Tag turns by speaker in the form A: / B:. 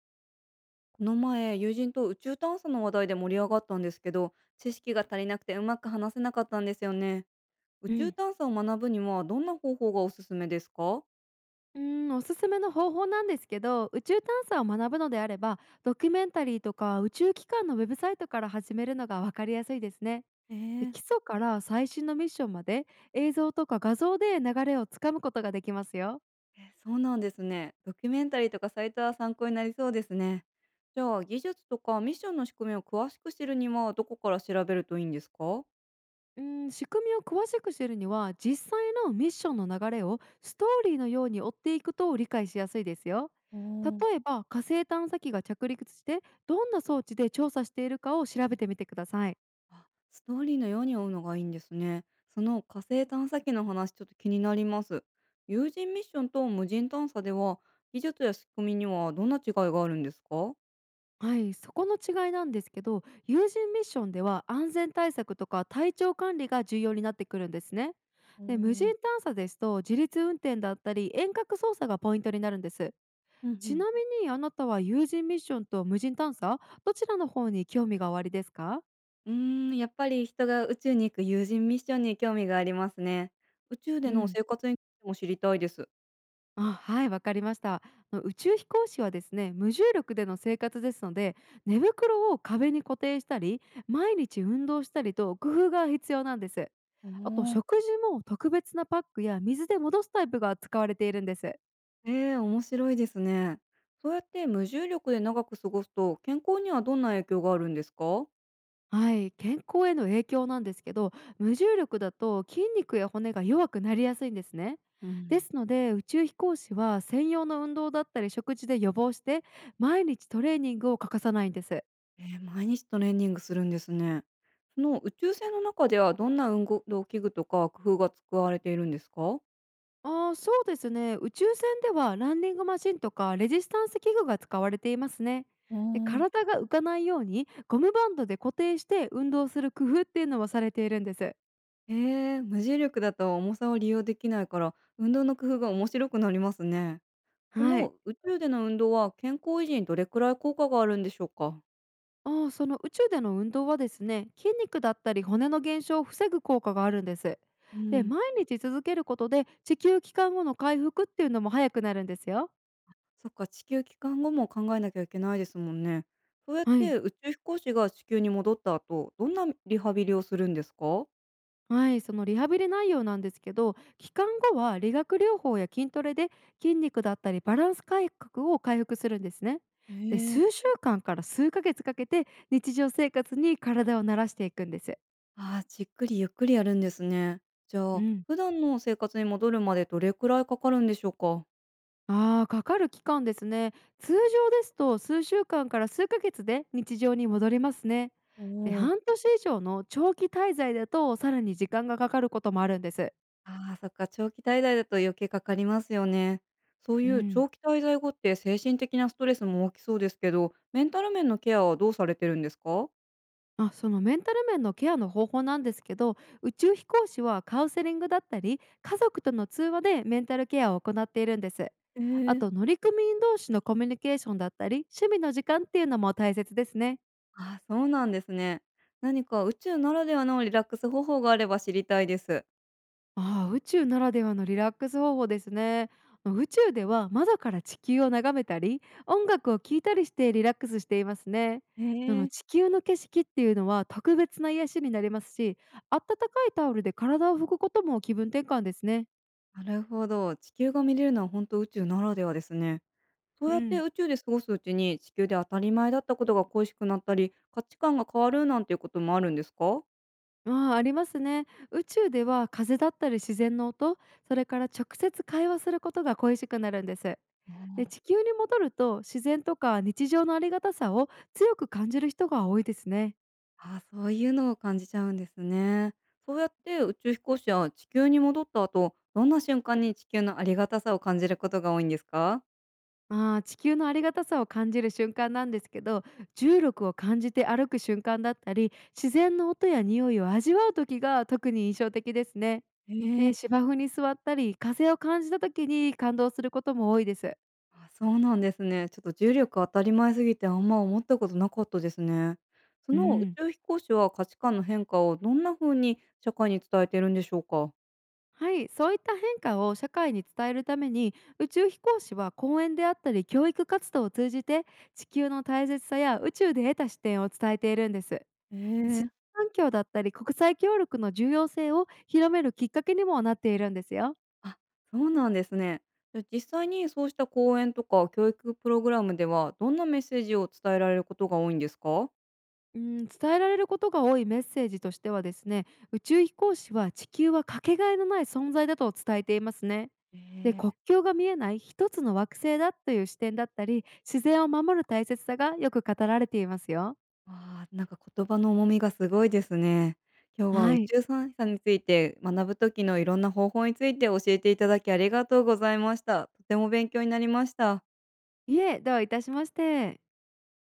A: この前、友人と宇宙探査の話題で盛り上がったんですけど、知識が足りなくてうまく話せなかったんですよね。宇
B: う
A: 宙
B: ん。
A: 探査を学ぶにはどんな方法がおすすめですか？
B: うーおすすめの方法なんですけど、宇宙探査を学ぶのであれば、ドキュメンタリーとか宇宙機関のウェブサイトから始めるのが分かりやすいですね。
A: え
B: で、
A: ー、
B: 基礎から最新のミッションまで、映像とか画像で流れをつかむことができますよ。
A: え、そうなんですね。ドキュメンタリーとかサイトは参考になりそうですね。じゃあ、技術とかミッションの仕組みを詳しく知るにはどこから調べるといいんですか？
B: 仕組みを詳しく知るには、実際のミッションの流れをストーリーのように追っていくと理解しやすいですよ。
A: おー。
B: 例えば火星探査機が着陸して、どんな装置で調査しているかを調べてみてください。
A: あ、ストーリーのように追うのがいいんですね。その火星探査機の話ちょっと気になります。有人ミッションと無人探査では技術や仕組みにはどんな違いがあるんですか？
B: はい、そこの違いなんですけど、有人ミッションでは安全対策とか体調管理が重要になってくるんですね。
A: お
B: で、無人
A: ー。
B: 探査ですと自立運転だったり遠隔操作がポイントになるんです。
A: うんう
B: ち
A: ん。
B: なみにあなたは有人ミッションと無人探査、どちらの方に興味がおありですか？
A: うーん、やっぱり人が宇宙に行く有人ミッションに興味がありますね。宇宙
B: う
A: での
B: ん。
A: 生活についても知りたいです。
B: あ、はい、わかりました。あの宇宙飛行士はですね、無重力での生活ですので、寝袋を壁に固定したり、毎日運動したりと工夫が必要なんです。
A: お
B: あと、
A: ー。
B: 食事も特別なパックや水で戻すタイプが使われているんです。
A: ええ、面白いですね。そうやって無重力で長く過ごすと健康にはどんな影響があるんですか？
B: はい、健康への影響なんですけど、無重力だと筋肉や骨が弱くなりやすいんですね。
A: う
B: で
A: ん。
B: すので、宇宙飛行士は専用の運動だったり食事で予防して、毎日トレーニングを欠かさないんです。
A: えー、毎日トレーニングするんですね。その宇宙船の中ではどんな運動器具とか工夫が使われているんですか？
B: ああ、そうですね。宇宙船ではランディングマシンとかレジスタンス器具が使われていますね。
A: うー
B: で、
A: ん、
B: 体が浮かないようにゴムバンドで固定して運動する工夫っていうのはされているんです。
A: ええ、無重力だと重さを利用できないから、運動の工夫が面白くなりますね。こ
B: はい。
A: の宇宙での運動は健康維持にどれくらい効果があるんでしょうか？
B: ああ、その宇宙での運動はですね、筋肉だったり骨の減少を防ぐ効果があるんです。
A: う
B: で、
A: ん、
B: 毎日続けることで地球帰還後の回復っていうのも早くなるんですよ。
A: そっか、地球帰還後も考えなきゃいけないですもんね。そうやっ
B: はい。
A: て宇宙飛行士が地球に戻った後、どんなリハビリをするんですか？
B: はい、そのリハビリ内容なんですけど、期間後は理学療法や筋トレで、筋肉だったりバランス改革を回復するんですね。で、
A: え
B: 数
A: え。
B: 週間から数ヶ月かけて日常生活に体を慣らしていくんです。
A: ああ、じっくりゆっくりやるんですね。じゃ
B: う
A: あ、
B: ん。
A: 普段の生活に戻るまでどれくらいかかるんでしょうか？
B: ああ、かかる期間ですね。通常ですと、数週間から数ヶ月で日常に戻りますね。
A: お
B: で、
A: お。
B: 半年以上の長期滞在だと、さらに時間がかかることもあるんです。
A: ああ、そっか、長期滞在だと余計かかりますよね。そう
B: う
A: いう
B: ん。
A: 長期滞在後って精神的なストレスも大きそうですけど、メンタル面のケアはどうされてるんですか？
B: あ、そのメンタル面のケアの方法なんですけど、宇宙飛行士はカウンセリングだったり家族との通話でメンタルケアを行っているんです。
A: え
B: あ
A: え。
B: と、乗組員同士のコミュニケーションだったり趣味の時間っていうのも大切ですね。
A: ああ、そうなんですね。何か宇宙ならではのリラックス方法があれば知りたいです。
B: ああ、宇宙ならではのリラックス方法ですね。宇宙では窓から地球を眺めたり音楽を聴いたりしてリラックスしていますね。
A: へ
B: その
A: え。
B: 地球の景色っていうのは特別な癒しになりますし、温かいタオルで体を拭くことも気分転換ですね。
A: なるほど。地球が見れるのは本当宇宙ならではですね。そう
B: う
A: やって
B: ん。
A: 宇宙で過ごすうちに地球で当たり前だったことが恋しくなったり価値観が変わるなんていうこともあるんですか？
B: ああ、ありますね。宇宙では風だったり自然の音、それから直接会話することが恋しくなるんです。で、
A: あ
B: 地球に戻ると自然とか日常のありがたさを強く感じる人が多いですね。
A: あ、あそういうのを感じちゃうんですね。そうやって宇宙飛行士は地球に戻った後どんな瞬間に地球のありがたさを感じることが多いんですか？
B: ああ、地球のありがたさを感じる瞬間なんですけど、重力を感じて歩く瞬間だったり、自然の音や匂いを味わう時が特に印象的ですね。
A: へえ。
B: で、芝生に座ったり、風を感じた時に感動することも多いです。
A: あ、そうなんですね。ちょっと重力当たり前すぎて、あんま思ったことなかったですね。そ
B: う
A: の宇
B: ん。
A: 宙飛行士は価値観の変化をどんな風に社会に伝えてるんでしょうか？
B: はい、そういった変化を社会に伝えるために、宇宙飛行士は講演であったり教育活動を通じて、地球の大切さや宇宙で得た視点を伝えているんです。
A: え
B: 自
A: え、
B: 然環境だったり国際協力の重要性を広めるきっかけにもなっているんですよ。
A: あ、そうなんですね。じゃ、実際にそうした講演とか教育プログラムでは、どんなメッセージを伝えられることが多いんですか？
B: うん、伝えられることが多いメッセージとしてはですね、宇宙飛行士は地球はかけがえのない存在だと伝えていますね。
A: え
B: で、国
A: え。
B: 境が見えない一つの惑星だという視点だったり、自然を守る大切さがよく語られていますよ。
A: ああ、なんか言葉の重みがすごいですね。今日は
B: は
A: 宇
B: い。
A: 宙産さんについて学ぶ時のいろんな方法について教えていただきありがとうございました。とても勉強になりました。
B: いえ、どういたしまして。